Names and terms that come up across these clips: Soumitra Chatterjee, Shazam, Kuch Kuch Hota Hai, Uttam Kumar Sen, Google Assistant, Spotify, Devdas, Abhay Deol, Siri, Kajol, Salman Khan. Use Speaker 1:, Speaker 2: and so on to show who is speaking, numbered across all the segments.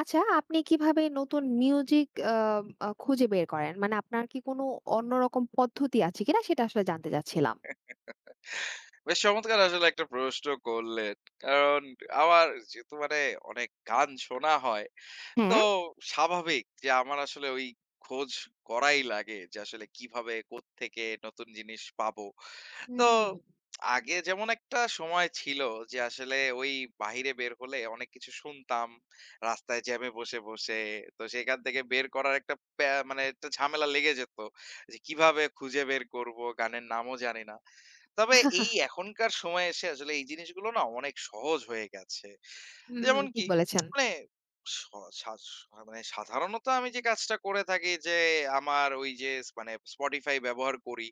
Speaker 1: আচ্ছা, আপনি কিভাবে নতুন মিউজিক আ আ খুঁজে বের করেন? মানে আপনার কি কোনো অন্যরকম পদ্ধতি আছে কিনা সেটা আসলে জানতে চাচ্ছিলাম।
Speaker 2: বেশ চমৎকার আসলে একটা প্রশ্ন করলেন। কারণ আমার যেহেতু অনেক গান শোনা হয়, তো
Speaker 1: হ্যাঁ?
Speaker 2: স্বাভাবিক যে আমার আসলে ওই খোঁজ করাই লাগে যে আসলে কিভাবে কোত্থেকে নতুন জিনিস পাবো। তো
Speaker 1: হুম।
Speaker 2: আগে যেমন একটা সময় ছিল যে আসলে ওই বাহিরে বের হলে অনেক কিছু শুনতাম। রাস্তায় জ্যামে বসে। তো সেখান থেকে বের করার একটা প্যা মানে একটা ঝামেলা লেগে যেত। যে কিভাবে খুঁজে বের করব গানের নামও জানি না। তবে এই এখনকার সময়ে এসে আসলে এই জিনিসগুলো না অনেক সহজ হয়ে গেছে।
Speaker 1: হুম,
Speaker 2: যেমন
Speaker 1: ঠিক
Speaker 2: কি
Speaker 1: বলেছেন।
Speaker 2: মানে স সা মানে সাধারণত আমি যে কাজটা করে থাকি যে আমার ওই যে স- মানে Spotify ব্যবহার করি।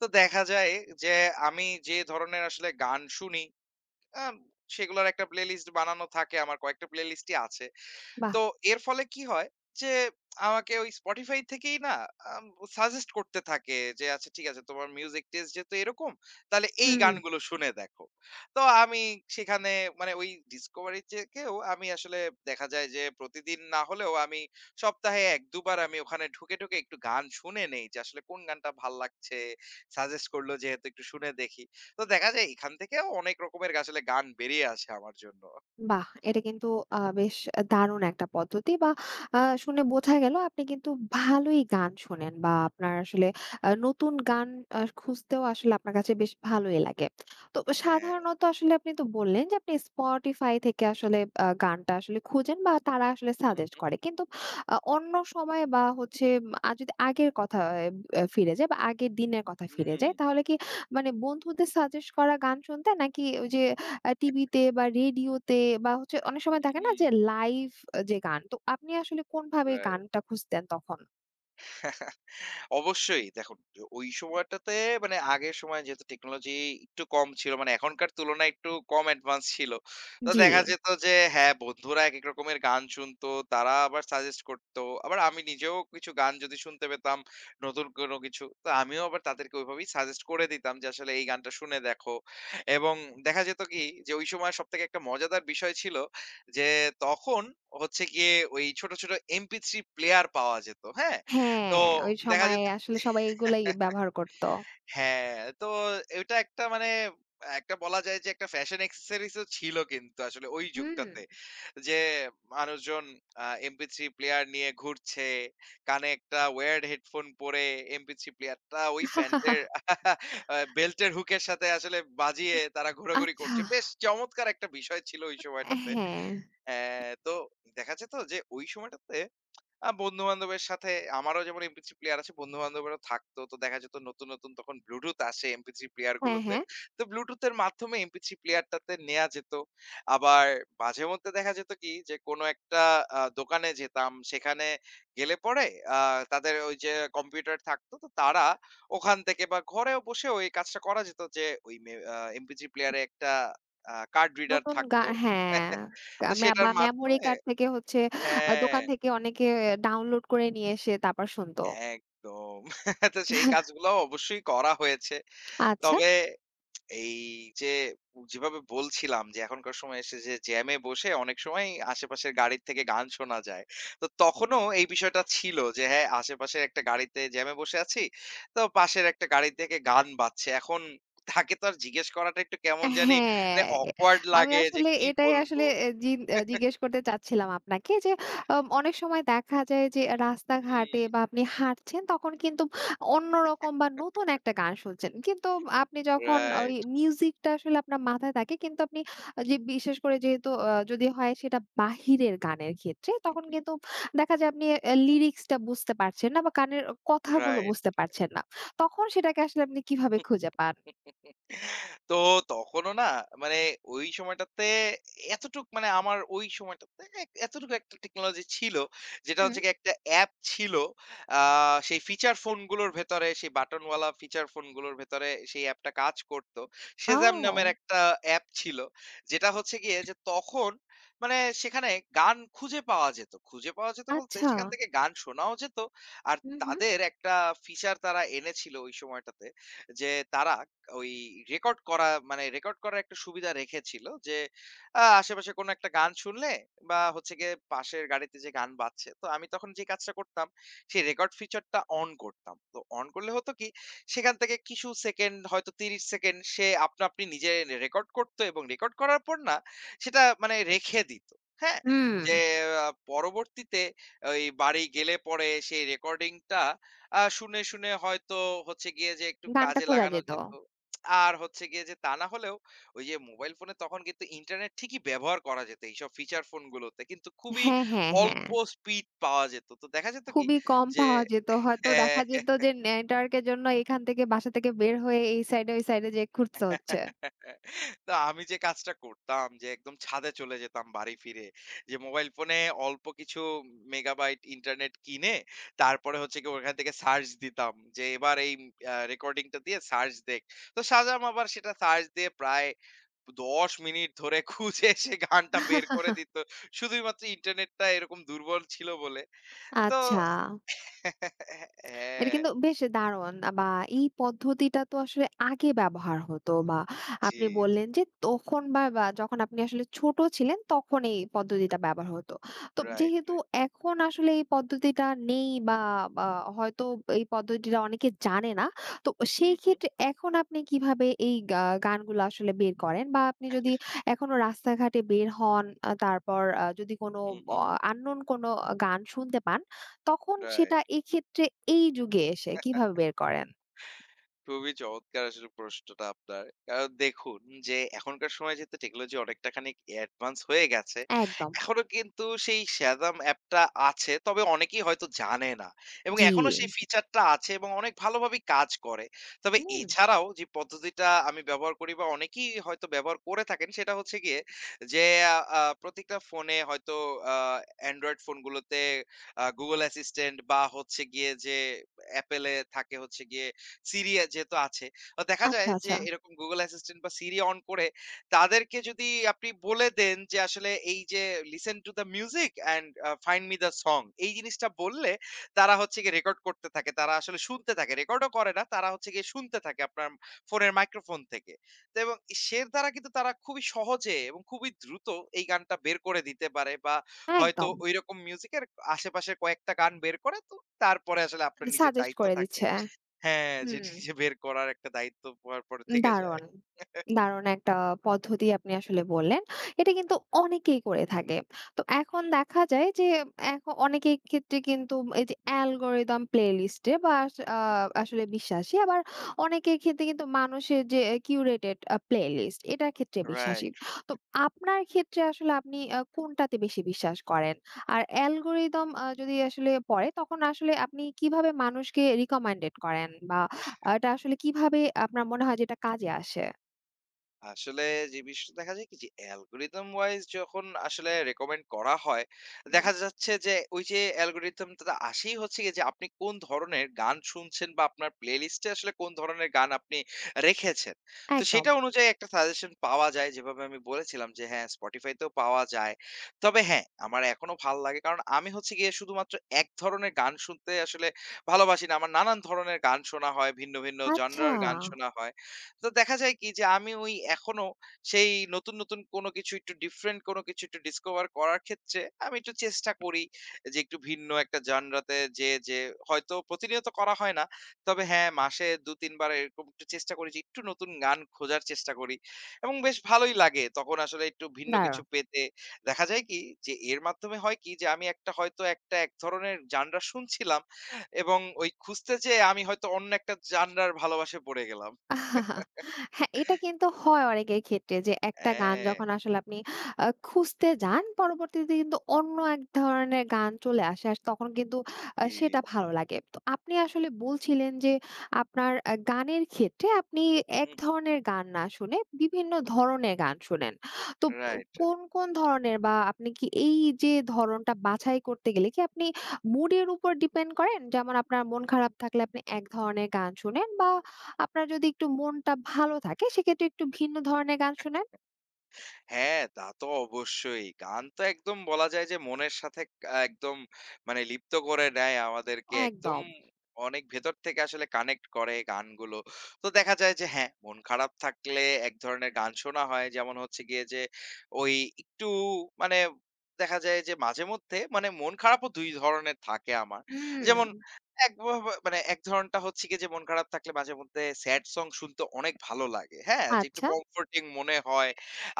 Speaker 2: তো দেখা যায় যে আমি যে ধরনের আসলে গান শুনি, আ সেগুলোর একটা প্লেলিস্ট বানানো থাকে। আমার কয়েকটা প্লেলিস্টই আছে।
Speaker 1: বাহ!
Speaker 2: তো এর ফলে কি হয় যে আমাকে ওই Spotify থেকেই না আম সাজেস্ট করতে থাকে যে, "আচ্ছা ঠিক আছে তোমার মিউজিক টেস্ট যেহেতু এরকম, তাহলে এই
Speaker 1: হুম।
Speaker 2: গানগুলো শুনে দেখো।" তো আমি সেখানে মানে ওই ডিসকভারি থেকেও আমি আসলে দেখা যায় যে প্রতিদিন না হলেও আমি সপ্তাহে ১-২ বার আমি ওখানে ঢুকে একটু গান শুনে নেই যে আসলে কোন গানটা ভাল লাগছে। সাজেস্ট করলো যেহেতু একটু শুনে দেখি। তো দেখা যায় এখান থেকেও অনেক রকমের আসলে গান বেরিয়ে আসে আমার জন্য।
Speaker 1: বাহ! এটা কিন্তু বেশ দারুণ একটা পদ্ধতি বা শুনে বোঝা গেল আপনি কিন্তু ভালোই গান শোনেন বা আপনার আসলে নতুন গান খুঁজতেও আসলে আপনার কাছে বেশ ভালোই লাগে। তো
Speaker 2: হ্যাঁ।
Speaker 1: সাধারণত আসলে আপনি তো বললেন যে আপনি Spotify থেকে আসলে গানটা আসলে খোঁজেন বা তারা আসলে
Speaker 2: হু,
Speaker 1: সাজেস্ট
Speaker 2: হু।
Speaker 1: করে। কিন্তু অন্য সময় বা হচ্ছে যদি আগের কথা এ আ ফিরে যাই বা আগের দিনের কথা ফিরে
Speaker 2: হুম।
Speaker 1: যাই, তাহলে কি মানে বন্ধুদের সাজেস্ট করা গান শুনতেন? নাকি ওই যে টিভিতে বা রেডিওতে বা হচ্ছে অনেক সময় থাকে না
Speaker 2: Mm,
Speaker 1: যে লাইভ যে গান। তো আপনি আসলে কোনভাবে
Speaker 2: right.
Speaker 1: গানটা খুঁজতেন তখন?
Speaker 2: অবশ্যই দেখুন ওই সময়টাতে মানে আগের সময় যেহেতু টেকনোলজি একটু কম ছিল, মানে এখনকার তুলনায় একটু কম অ্যাডভান্স ছিল। তো
Speaker 1: জি।
Speaker 2: দেখা যেত যে হ্যাঁ, বন্ধুরা একেক রকমের গান শুনতো, তারা আবার সাজেস্ট করতো। আবার আমি নিজেও কিছু গান যদি শুনতে পেতাম নতুন কোনো কিছু, তো আমিও আবার তাদেরকে ওইভাবেই সাজেস্ট করে দিতাম যে আসলে এই গানটা শুনে দেখো। এবং দেখা যেত কি যে ওই সময় সবথেকে একটা মজাদার বিষয় ছিল যে তখন হচ্ছে গিয়ে ওই ছোট, ছোট MP3 প্লেয়ার পাওয়া যেত। হ্যাঁ? তো
Speaker 1: হ্যাঁ, ওই
Speaker 2: দেখা
Speaker 1: সময়ে
Speaker 2: যেত,
Speaker 1: আসলে সবাই এগুলাই ব্যবহার করত।
Speaker 2: হ্যাঁ, তো এটা একটা মানে একটা বলা যায় যে একটা ফ্যাশন অ্যাক্সেসরিজ ও ছিল কিন্তু আসলে ওই
Speaker 1: হুম।
Speaker 2: যুগটাতে। যে মানুষজন আ MP3 প্লেয়ার নিয়ে ঘুরছে। কানে একটা wired হেডফোন পরে MP3 প্লেয়ারটা ওই প্যান্টের আ বেল্টের হুকের সাথে আসলে বাজিয়ে তারা ঘোরাঘুরি
Speaker 1: আচ্ছা।
Speaker 2: করছে। বেশ চমৎকার একটা বিষয় ছিল ওই সময়টাতে।
Speaker 1: হ্যাঁ,
Speaker 2: হ্যাঁ, তো দেখা যেত যে ওই সময়টাতে বন্ধু-বান্ধবের সাথে আমারও যেমন MP3 প্লেয়ার আছে, বন্ধু-বান্ধবেরও থাকতো। তো দেখা যেত নতুন, নতুন তখন Bluetooth আসে MP3 প্লেয়ার
Speaker 1: হ্যাঁ,
Speaker 2: গুলোতে।
Speaker 1: হ্যাঁ।
Speaker 2: তো Bluetooth এর মাধ্যমে MP3 প্লেয়ারটাতে নেয়া যেত। আবার মাঝেমধ্যে দেখা যেত কি যে কোন একটা দোকানে যেতাম। সেখানে গেলে পরে আ তাদের ওই যে কম্পিউটার থাকতো। তো তারা ওখান থেকে বা ঘরেও বসেও এই কাজটা করা যেত যে ওই মে আ MP3 প্লেয়ারে একটা কার্ড রিডার
Speaker 1: নতুন গা
Speaker 2: থাকতো।
Speaker 1: হ্যাঁ, গা
Speaker 2: তো
Speaker 1: মে বা
Speaker 2: সেটার
Speaker 1: মেমোরি
Speaker 2: মাধ্যমে
Speaker 1: কার্ড থেকে হচ্ছে
Speaker 2: হ্যাঁ।
Speaker 1: দোকান থেকে অনেকে ডাউনলোড করে নিয়ে এসে তারপর শুনত।
Speaker 2: একদম। তো সেই কাজগুলাও অবশ্যই করা হয়েছে।
Speaker 1: আচ্ছা।
Speaker 2: তবে এই যে যেভাবে বলছিলাম যে এখনকার সময় এসে যে জ্যামে বসে অনেক সময় আশেপাশের গাড়ির থেকে গান শোনা যায়। তো তখনও এই বিষয়টা ছিল যে হ্যাঁ, আশেপাশের একটা গাড়িতে জ্যামে বসে আছি। তো পাশের একটা গাড়ি থেকে গান বাজছে। এখন তাকে তো আর জিজ্ঞেস করাটা একটু কেমন জানি
Speaker 1: হ্যাঁ,
Speaker 2: মানে awkward
Speaker 1: আমি
Speaker 2: লাগে যে
Speaker 1: আসলে
Speaker 2: কি
Speaker 1: এটাই
Speaker 2: বলবো?
Speaker 1: আসলে এ জি এ জিজ্ঞেস করতে চাচ্ছিলাম আপনাকে যে অনেক সময় দেখা যায় যে
Speaker 2: হুম,
Speaker 1: রাস্তাঘাটে বা আপনি হাঁটছেন তখন কিন্তু অন্যরকম বা নতুন একটা গান শুনছেন। কিন্তু আপনি যখন ওই
Speaker 2: রাইট,
Speaker 1: মিউজিকটা আসলে আপনার মাথায় থাকে কিন্তু আপনি যে বিশেষ করে যেহেতু যদি হয় সেটা বাহিরের গানের ক্ষেত্রে তখন কিন্তু দেখা যায় আপনি লিরিক্সটা বুঝতে পারছেন না বা গানের কথাগুলো
Speaker 2: রাইট।
Speaker 1: বুঝতে পারছেন না। তখন সেটাকে আসলে আপনি কিভাবে খুঁজে পান?
Speaker 2: তো তখনও না, মানে ওই সময়টাতে এতটুক মানে আমার ওই সময়টাতে এতটুকু একটা টেকনোলজি ছিল, যেটা
Speaker 1: হুম।
Speaker 2: হচ্ছে কি একটা অ্যাপ ছিল, আহ, সেই ফিচার ফোনগুলোর ভেতরে সেই বাটনওয়ালা ফিচার ফোনগুলোর ভেতরে সেই অ্যাপটা কাজ করতো, সেজাম নামের
Speaker 1: ও!
Speaker 2: একটা অ্যাপ ছিল যেটা হচ্ছে গিয়ে যে তখন মানে সেখানে গান খুঁজে পাওয়া যেত, খুঁজে পাওয়া যেত বলতে
Speaker 1: আচ্ছা।
Speaker 2: সেখান থেকে গান শোনাও যেত, আর
Speaker 1: হু, হু।
Speaker 2: তাদের একটা ফিচার তারা এনেছিল ওই সময়টাতে যে তারা ওই রেকর্ড করা মানে রেকর্ড করার একটা সুবিধা রেখেছিল যে আশেপাশে কোনো একটা গান শুনলে বা হচ্ছে গিয়ে পাশের গাড়িতে যে গান বাজছে, তো আমি তখন যে কাজটা করতাম সেই রেকর্ড ফিচারটা অন করতাম। তো অন করলে হতো কি, সেখান থেকে কিছু সেকেন্ড, হয়তো ৩০ সেকেন্ড সে আপনা আপনি নিজে রেকর্ড করতো এবং রেকর্ড করার পর না সেটা মানে রেখে দিত। হ্যাঁ?
Speaker 1: হুম,
Speaker 2: যে পরবর্তীতে ওই বাড়ি গেলে পরে সেই রেকর্ডিংটা শুনে, শুনে হয়তো হচ্ছে গিয়ে যে একটু
Speaker 1: গানটা
Speaker 2: কাজে
Speaker 1: খোঁজা
Speaker 2: লাগানো
Speaker 1: যেত।
Speaker 2: যেত। আর হচ্ছে গিয়ে যে তা না হলেও ওই যে মোবাইল ফোনে তখন কিন্তু ইন্টারনেট ঠিকই ব্যবহার করা যেত, এইসব ফিচার ফোনগুলোতে কিন্তু খুবই
Speaker 1: হ্যাঁ, হ্যাঁ, হ্যাঁ।
Speaker 2: অল্প স্পিড পাওয়া যেত। তো দেখা যেত কি
Speaker 1: খুবই কম
Speaker 2: যে
Speaker 1: পাওয়া যেত। হয়তো দেখা যেত যে নেটওয়ার্কের জন্য এখান থেকে বাসা থেকে বের হয়ে এই সাইডে ওই সাইডে যেয়ে খুঁজতে হচ্ছে।
Speaker 2: না আমি যে কাজটা করতাম যে একদম ছাদে চলে যেতাম বাড়ি ফিরে, যে মোবাইল ফোনে অল্প কিছু মেগাবাইট ইন্টারনেট কিনে তারপরে হচ্ছে কি ওখান থেকে সার্চ দিতাম যে এবার এই রেকর্ডিংটা দিয়ে সার্চ দেখ। তো সাজাম আবার সেটা সার্চ দিয়ে প্রায় 10 মিনিট ধরে খুঁজে সে গানটা বের করে দিত, শুধুমাত্র ইন্টারনেটটা এরকম দুর্বল ছিল বলে। তো
Speaker 1: আচ্ছা। এটা
Speaker 2: হ্যাঁ।
Speaker 1: কিন্তু বেশ দারুণ বা এই পদ্ধতিটা তো আসলে আগে ব্যবহার হতো বা
Speaker 2: জি।
Speaker 1: আপনি বললেন যে তখন বা বা যখন আপনি আসলে ছোট ছিলেন তখন এই পদ্ধতিটা ব্যবহার হতো। তো
Speaker 2: রাইট
Speaker 1: যেহেতু
Speaker 2: রাইট
Speaker 1: এখন আসলে এই পদ্ধতিটা নেই বা বা হয়তো এই পদ্ধতিটা অনেকে জানে না। তো
Speaker 2: হুম
Speaker 1: সেই
Speaker 2: হুম
Speaker 1: ক্ষেত্রে এখন আপনি কিভাবে এই গানগুলো আসলে বের করেন বা আপনি যদি এখনো রাস্তাঘাটে বের হন, তারপর যদি কোনো
Speaker 2: হুম হুম
Speaker 1: আননোন কোনো গান শুনতে পান তখন সেটা
Speaker 2: রাইট।
Speaker 1: এক্ষেত্রে এই যুগে এসে কিভাবে বের করেন?
Speaker 2: খুবই চমৎকার আসলে প্রশ্নটা আপনার। কারণ দেখুন যে এখনকার সময়ে যেহেতু টেকনোলজি অনেকটা খানিক অ্যাডভান্স হয়ে গেছে,
Speaker 1: একদম।
Speaker 2: এখনো কিন্তু সেই Shazam অ্যাপটা আছে। তবে অনেকেই হয়তো জানে না। এবং
Speaker 1: জি।
Speaker 2: এখনো সেই ফিচারটা আছে এবং অনেক ভালোভাবেই কাজ করে। তবে
Speaker 1: হুম।
Speaker 2: এছাড়াও যে পদ্ধতিটা আমি ব্যবহার করি বা অনেকেই হয়তো ব্যবহার করে থাকেন সেটা হচ্ছে গিয়ে যে আ আ প্রত্যেকটা ফোনে হয়তো, আ Android ফোনগুলোতে Google Assistant, বা হচ্ছে গিয়ে যে Apple এ থাকে হচ্ছে গিয়ে সিরি যেহেতু আছে। তো দেখা
Speaker 1: আচ্ছা,
Speaker 2: যায় যে
Speaker 1: আচ্ছা।
Speaker 2: এরকম Google Assistant বা Siri অন করে তাদেরকে যদি আপনি বলে দেন যে আসলে এই যে listen to the music and find me the song, এই জিনিসটা বললে তারা হচ্ছে গিয়ে রেকর্ড করতে থাকে। তারা আসলে শুনতে থাকে। রেকর্ডও করে না। তারা হচ্ছে গিয়ে শুনতে থাকে আপনার ফোনের মাইক্রোফোন থেকে। তো এবং সের দ্বারা কিন্তু তারা খুবই সহজে এবং খুবই দ্রুত এই গানটা বের করে দিতে পারে বা হয়তো
Speaker 1: একদম।
Speaker 2: ঐরকম মিউজিকের আশেপাশে কয়েকটা গান বের করে, তো তারপরে আসলে আপনার নিজের
Speaker 1: সাজেস্ট
Speaker 2: দায়িত্ব
Speaker 1: করে
Speaker 2: থাকে।
Speaker 1: দিচ্ছে।
Speaker 2: হ্যাঁ, যে
Speaker 1: হুম।
Speaker 2: নিজে বের করার একটা দায়িত্ব পরে থেকে যায়।
Speaker 1: দারুণ, দারুণ একটা পদ্ধতি আপনি আসলে বললেন। এটা কিন্তু অনেকেই করে থাকে। তো এখন দেখা যায় যে এখন অনেকের ক্ষেত্রে কিন্তু এই যে অ্যালগরিদম প্লেলিস্টে বা আস আ
Speaker 2: হু, হু।
Speaker 1: আসলে বিশ্বাসী, আবার অনেকের ক্ষেত্রে কিন্তু মানুষের যে কিউরেটেড প্লেলিস্ট এটার ক্ষেত্রে বিশ্বাসী।
Speaker 2: রাইট।
Speaker 1: তো আপনার ক্ষেত্রে আসলে আপনি কোনটাতে বেশি বিশ্বাস করেন? আর অ্যালগরিদম যদি আসলে পড়ে তখন আসলে আপনি কিভাবে মানুষকে রিকমেন্ডেড করেন বা এটা আসলে কিভাবে আপনার মনে হয় যে এটা কাজে আসে?
Speaker 2: আসলে যে বিষয়টা দেখা যায় কি যে অ্যালগরিদম ওয়াইজ যখন আসলে রেকমেন্ড করা হয়,
Speaker 1: হুম।
Speaker 2: দেখা যাচ্ছে যে ওই যে অ্যালগরিদমটা আসেই হচ্ছে গিয়ে যে আপনি কোন ধরনের গান শুনছেন বা আপনার প্লেলিস্টে আসলে কোন ধরনের গান আপনি রেখেছেন, তো
Speaker 1: একদম।
Speaker 2: সেটা অনুযায়ী একটা সাজেশন পাওয়া যায়, যেভাবে আমি বলেছিলাম যে হ্যাঁ, স্পটিফাইতেও পাওয়া যায়। তবে হ্যাঁ, আমার এখনো ভালো লাগে কারণ আমি হচ্ছে গিয়ে শুধুমাত্র এক ধরনের গান শুনতে আসলে ভালোবাসি না, আমার নানান ধরনের গান শোনা হয়, ভিন্ন ভিন্ন
Speaker 1: আচ্ছা,
Speaker 2: জনরার গান শোনা হয়। তো দেখা যায় কি যে আমি ওই এখনো সেই নতুন, নতুন কোনো কিছু, একটু ডিফরেন্ট কোনো কিছু একটু ডিসকভার করার ক্ষেত্রে আমি একটু চেষ্টা করি যে একটু ভিন্ন একটা জানরাতে যেয়ে হয়তো প্রতিনিয়ত করা হয় না। তবে হ্যাঁ, মাসে ২-৩ বার এরকম একটু চেষ্টা করি যে একটু নতুন গান খোঁজার চেষ্টা করি এবং বেশ ভালোই লাগে তখন আসলে একটু ভিন্ন কিছু
Speaker 1: দারুণ।
Speaker 2: পেতে। দেখা যায় কি যে এর মাধ্যমে হয় কি যে আমি একটা হয়তো একটা এক ধরনের জানরা শুনছিলাম এবং ওই খুঁজতে যেয়ে আমি হয়তো অন্য একটা জানরার ভালোবাসায় পড়ে গেলাম।
Speaker 1: হ্যাঁ, এটা কিন্তু হয় অনেকের ক্ষেত্রে যে একটা গান
Speaker 2: হ্যাঁ,
Speaker 1: যখন আসলে আপনি খুঁজতে যান, পরবর্তীতে কিন্তু অন্য এক ধরনের গান চলে আসে। আর তখন কিন্তু সেটা
Speaker 2: ঠিক।
Speaker 1: ভালো লাগে। তো আপনি আসলে বলছিলেন যে আপনার গানের ক্ষেত্রে আপনি এক
Speaker 2: হুম।
Speaker 1: ধরনের গান না শুনে বিভিন্ন ধরনের গান শোনেন। তো
Speaker 2: রাইট।
Speaker 1: কোন ধরনের বা আপনি কি এই যে ধরনটা বাছাই করতে গেলে কি আপনি মুড এর উপর ডিপেন্ড করেন? যেমন আপনার মন খারাপ থাকলে আপনি এক ধরনের গান শোনেন বা আপনার যদি একটু মনটা ভালো থাকে সেক্ষেত্রে একটু ভিন্ন ধরনের গান শোনেন।
Speaker 2: হ্যাঁ, তা তো অবশ্যই। গান তো একদম বলা যায় যে মনের সাথে একদম মানে লিপ্ত করে নেয় আমাদেরকে। একদম
Speaker 1: একদম।
Speaker 2: অনেক ভেতর থেকে আসলে কানেক্ট করে গানগুলো। তো দেখা যায় যে হ্যাঁ, মন খারাপ থাকলে এক ধরনের গান শোনা হয়। যেমন হচ্ছে গিয়ে যে ওই একটু মানে দেখা যায় যে মাঝেমধ্যে মানে মন খারাপও ২ ধরনের থাকে আমার।
Speaker 1: হুম।
Speaker 2: যেমন এক ভ ভ মানে এক ধরনটা হচ্ছে গিয়ে যে মন খারাপ থাকলে মাঝেমধ্যে স্যাড সং শুনতে অনেক ভালো লাগে। হ্যাঁ? যে একটু
Speaker 1: আচ্ছা,
Speaker 2: কমফোর্টিং মনে হয়।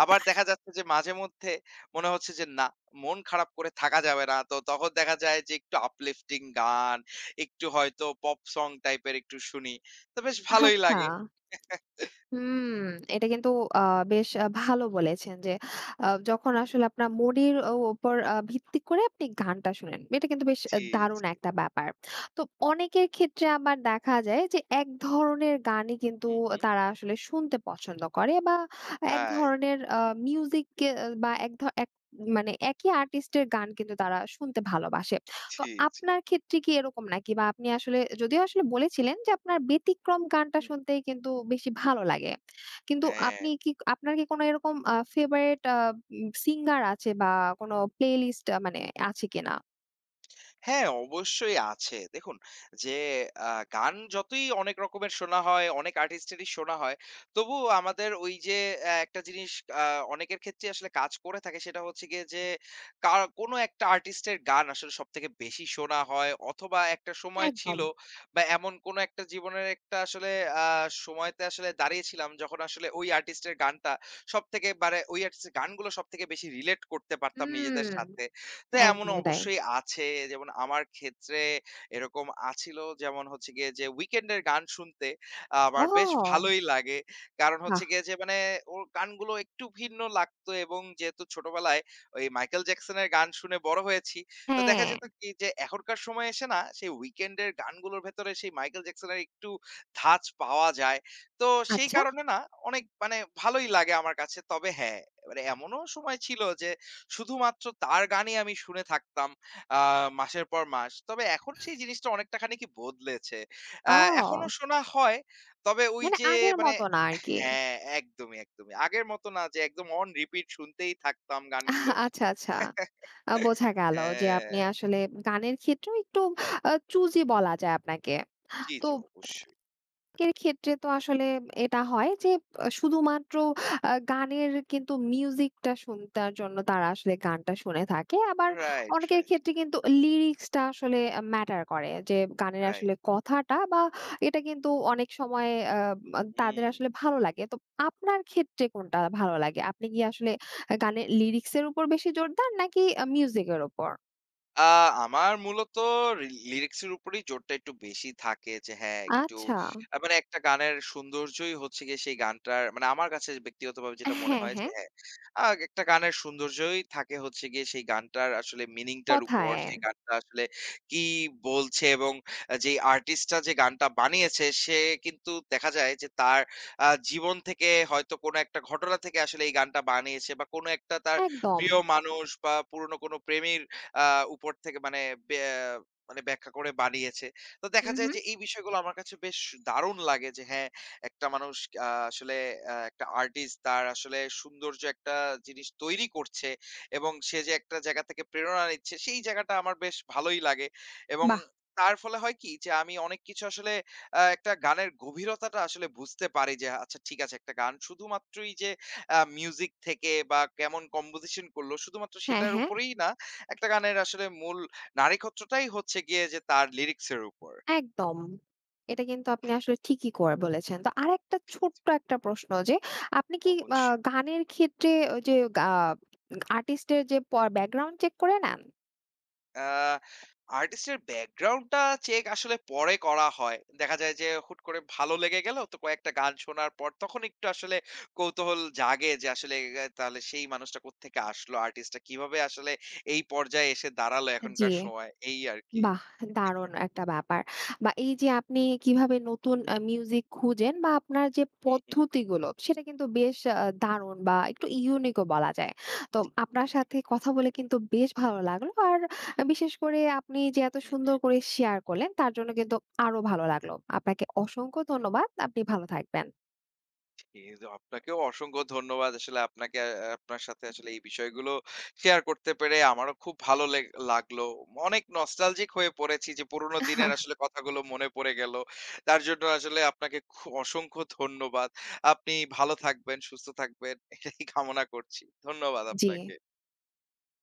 Speaker 2: আবার দেখা যাচ্ছে যে মাঝেমধ্যে মনে হচ্ছে যে না, মন খারাপ করে থাকা যাবে না। তো তখন দেখা যায় যে একটু uplifting গান, একটু হয়তো পপ সং টাইপের একটু শুনি। তো বেশ ভালোই
Speaker 1: আচ্ছা।
Speaker 2: লাগে।
Speaker 1: হুম, এটা কিন্তু আ বেশ ভালো বলেছেন যে যখন আসলে আপনার মুডের ও উপর ভিত্তি করে আপনি গানটা শুনেন। এটা কিন্তু বেশ
Speaker 2: জি,
Speaker 1: দারুণ
Speaker 2: জি।
Speaker 1: একটা ব্যাপার। তো অনেকের ক্ষেত্রে আবার দেখা যায় যে এক ধরনের গানই কিন্তু
Speaker 2: হু, হু।
Speaker 1: তারা আসলে শুনতে পছন্দ করে বা এক
Speaker 2: রাইট।
Speaker 1: ধরনের মিউজিক কে বা এক মানে একই আর্টিস্ট এর গান কিন্তু তারা শুনতে ভালোবাসে। তো
Speaker 2: জি, জি।
Speaker 1: আপনার ক্ষেত্রে কি এরকম নাকি? বা আপনি আসলে যদিও আসলে বলেছিলেন যে আপনার ব্যতিক্রম গানটা
Speaker 2: হুম,
Speaker 1: শুনতেই কিন্তু বেশি ভালো লাগে। কিন্তু
Speaker 2: হ্যাঁ।
Speaker 1: আপনি কি, আপনার কি কোনো এরকম ফেভারিট আ উম সিঙ্গার আছে বা কোনো প্লেলিস্ট মানে আছে কিনা?
Speaker 2: হ্যাঁ, অবশ্যই আছে। দেখুন যে আ গান যতই অনেক রকমের শোনা হয়, অনেক আর্টিস্টেরই শোনা হয়। তবুও আমাদের ওই যে একটা জিনিস আ অনেকের ক্ষেত্রেই আসলে কাজ করে থাকে সেটা হচ্ছে গিয়ে যে কা কোনো একটা আর্টিস্টের গান আসলে সবথেকে বেশি শোনা হয়, অথবা একটা সময় ছিল
Speaker 1: একদম।
Speaker 2: বা এমন কোনো একটা জীবনের একটা আসলে আ সময়তে আসলে দাঁড়িয়েছিলাম যখন আসলে ওই আর্টিস্টের গানটা সবথেকে মানে ওই আর্টিস্টের গানগুলো সবথেকে বেশি রিলেট করতে পারতাম নিজেদের
Speaker 1: হুম,
Speaker 2: সাথে। তো এমন
Speaker 1: একদমই তাই।
Speaker 2: অবশ্যই আছে। যেমন আমার ক্ষেত্রে এরকম আছিল, যেমন হচ্ছে গিয়ে যে উইকেন্ডের গান শুনতে আমার বেশ
Speaker 1: ও!
Speaker 2: ভালোই লাগে। কারণ
Speaker 1: বাহ!
Speaker 2: হচ্ছে গিয়ে যে মানে ওর গানগুলো একটু ভিন্ন লাগতো এবং যেহেতু ছোটবেলায় ওই মাইকেল জ্যাকসনের গান শুনে বড় হয়েছি। তো
Speaker 1: হ্যাঁ,
Speaker 2: দেখা যেত কি যে এখনকার সময়ে এসে না সেই উইকেন্ডের গানগুলোর ভেতরে সেই মাইকেল জ্যাকসনের একটু ধাঁচ পাওয়া যায়। তো সেই
Speaker 1: আচ্ছা।
Speaker 2: কারণে না অনেক মানে ভালোই লাগে আমার কাছে। তবে হ্যাঁ, মানে এমনও সময় ছিল যে শুধুমাত্র তার গানই আমি শুনে থাকতাম আ মাসের পর মাস। তবে এখন সেই জিনিসটা অনেকটা খানিকই বদলেছে। আ এখনো
Speaker 1: ও!
Speaker 2: শোনা হয়। তবে ওই
Speaker 1: মানে
Speaker 2: যে
Speaker 1: আগের
Speaker 2: মানে
Speaker 1: মতো না আরকি।
Speaker 2: হ্যাঁ, একদমই। আগের মত না যে একদম অন রিপিট শুনতেই থাকতাম গানগুলো।
Speaker 1: আচ্ছা, আচ্ছা। বোঝা গেল যে আপনি
Speaker 2: হ্যাঁ,
Speaker 1: আসলে গানের ক্ষেত্রেও একটু চুজি বলা যায় আপনাকে।
Speaker 2: জি,
Speaker 1: তো
Speaker 2: জি অবশ্যই।
Speaker 1: এর ক্ষেত্রে তো আসলে এটা হয় যে শুধুমাত্র গানের কিন্তু মিউজিকটা শুনতার জন্য তারা আসলে গানটা শুনে থাকে। আবার
Speaker 2: রাইট,
Speaker 1: অনেকের
Speaker 2: রাইট,
Speaker 1: ক্ষেত্রে কিন্তু লিরিক্সটা আসলে ম্যাটার করে। যে গানের
Speaker 2: রাইট।
Speaker 1: আসলে কথাটা বা এটা কিন্তু অনেক সময় আ আ তাদের
Speaker 2: হুম।
Speaker 1: আসলে ভালো লাগে। তো আপনার ক্ষেত্রে কোনটা ভালো লাগে? আপনি কি আসলে গানের লিরিক্সের উপর বেশি জোর দেন নাকি মিউজিকের উপর?
Speaker 2: আ আমার মূলত লি লিরিক্স এর উপরেই জোরটা একটু বেশি থাকে যে হ্যাঁ, একটু
Speaker 1: আচ্ছা।
Speaker 2: মানে একটা গানের সৌন্দর্যই হচ্ছে গিয়ে সেই গানটার মানে আমার কাছে ব্যক্তিগতভাবে যেটা মনে
Speaker 1: হ্যাঁ,
Speaker 2: হয় যে
Speaker 1: হ্যাঁ।
Speaker 2: হ্যাঁ, আ একটা গানের সৌন্দর্যই থাকে হচ্ছে গিয়ে সেই গানটার আসলে মিনিংটার উপর,
Speaker 1: কথায়।
Speaker 2: সেই গানটা আসলে কি বলছে, এবং যেই আর্টিস্টটা যে গানটা বানিয়েছে সে কিন্তু দেখা যায় যে তার জীবন থেকে হয়তো কোনো একটা ঘটনা থেকে আসলে এই গানটা বানিয়েছে বা কোনো একটা তার
Speaker 1: একদম।
Speaker 2: প্রিয় মানুষ বা পুরনো কোনো প্রেমের আ উপর থেকে মানে বে মানে ব্যাখ্যা করে বানিয়েছে। তো
Speaker 1: হু,
Speaker 2: দেখা
Speaker 1: হু।
Speaker 2: যায় যে এই বিষয়গুলো আমার কাছে বেশ দারুণ লাগে যে হ্যাঁ, একটা মানুষ আসলে একটা আর্টিস্ট তার আসলে সৌন্দর্য একটা জিনিস তৈরি করছে এবং সে যে একটা জায়গা থেকে প্রেরণা নিচ্ছে সেই জায়গাটা আমার বেশ ভালোই লাগে এবং
Speaker 1: বাহ!
Speaker 2: তার ফলে হয় কি যে আমি অনেক কিছু আসলে একটা গানের গভীরতাটা আসলে বুঝতে পারি যে আচ্ছা ঠিক আছে একটা গান শুধুমাত্রই যে মিউজিক থেকে বা কেমন কম্পোজিশন করলো শুধুমাত্র
Speaker 1: হ্যাঁ,
Speaker 2: সেটার
Speaker 1: হ্যাঁ।
Speaker 2: উপরেই না, একটা গানের আসলে মূল নাড়িক্ষত্রটাই হচ্ছে গিয়ে যে তার লিরিক্স এর উপর।
Speaker 1: একদম। এটা কিন্তু আপনি আসলে ঠিকই করে বলেছেন। তো আরেকটা ছোট্ট একটা প্রশ্ন যে, আপনি কি আ
Speaker 2: অবশ্যই।
Speaker 1: গানের ক্ষেত্রে ওই যে গা আর্টিস্ট এর যে ব্যাকগ্রাউন্ড চেক করে নেন?
Speaker 2: আ আর্টিস্টের ব্যাকগ্রাউন্ডটা চেক আসলে পরে করা হয়। দেখা যায় যে হুট করে ভালো লেগে গেল তো কয়েকটা গান শোনার পর তখন একটু আসলে কৌতূহল জাগে যে আসলে এ তাহলে সেই মানুষটা কোত্থেকে আসলো? আর্টিস্টটা কিভাবে আসলে এই পর্যায়ে এসে দাঁড়ালো
Speaker 1: জি।
Speaker 2: এখনকার সময়? এই আরকি।
Speaker 1: বাহ! দারুণ একটা ব্যাপার। বা এই যে আপনি কিভাবে নতুন মিউজিক খুঁজেন বা আপনার যে
Speaker 2: হুম।
Speaker 1: পদ্ধতিগুলো, সেটা কিন্তু বেশ দারুণ বা একটু ইউনিক ও বলা যায়। তো আপনার সাথে কথা বলে কিন্তু বেশ ভালো লাগলো। আর বিশেষ করে আপনি যে এত
Speaker 2: হুম,
Speaker 1: সুন্দর
Speaker 2: হুম।
Speaker 1: করে শেয়ার করলেন তার জন্য কিন্তু আরো ভালো লাগলো। আপনাকে অসংখ্য ধন্যবাদ। আপনি ভালো থাকবেন।
Speaker 2: কিন্তু আপনাকেও অসংখ্য ধন্যবাদ। আসলে আপনাকে আপনার সাথে আসলে এই বিষয়গুলো শেয়ার করতে পেরে আমারও খুব ভালো লেগ লাগলো। অনেক নস্টালজিক হয়ে পড়েছি যে পুরোনো দিনের আসলে কথাগুলো মনে পড়ে গেল। তার জন্য আসলে আপনাকে অসংখ্য ধন্যবাদ। আপনি ভালো থাকবেন, সুস্থ থাকবেন, এটাই কামনা করছি। ধন্যবাদ
Speaker 1: জি।
Speaker 2: আপনাকে।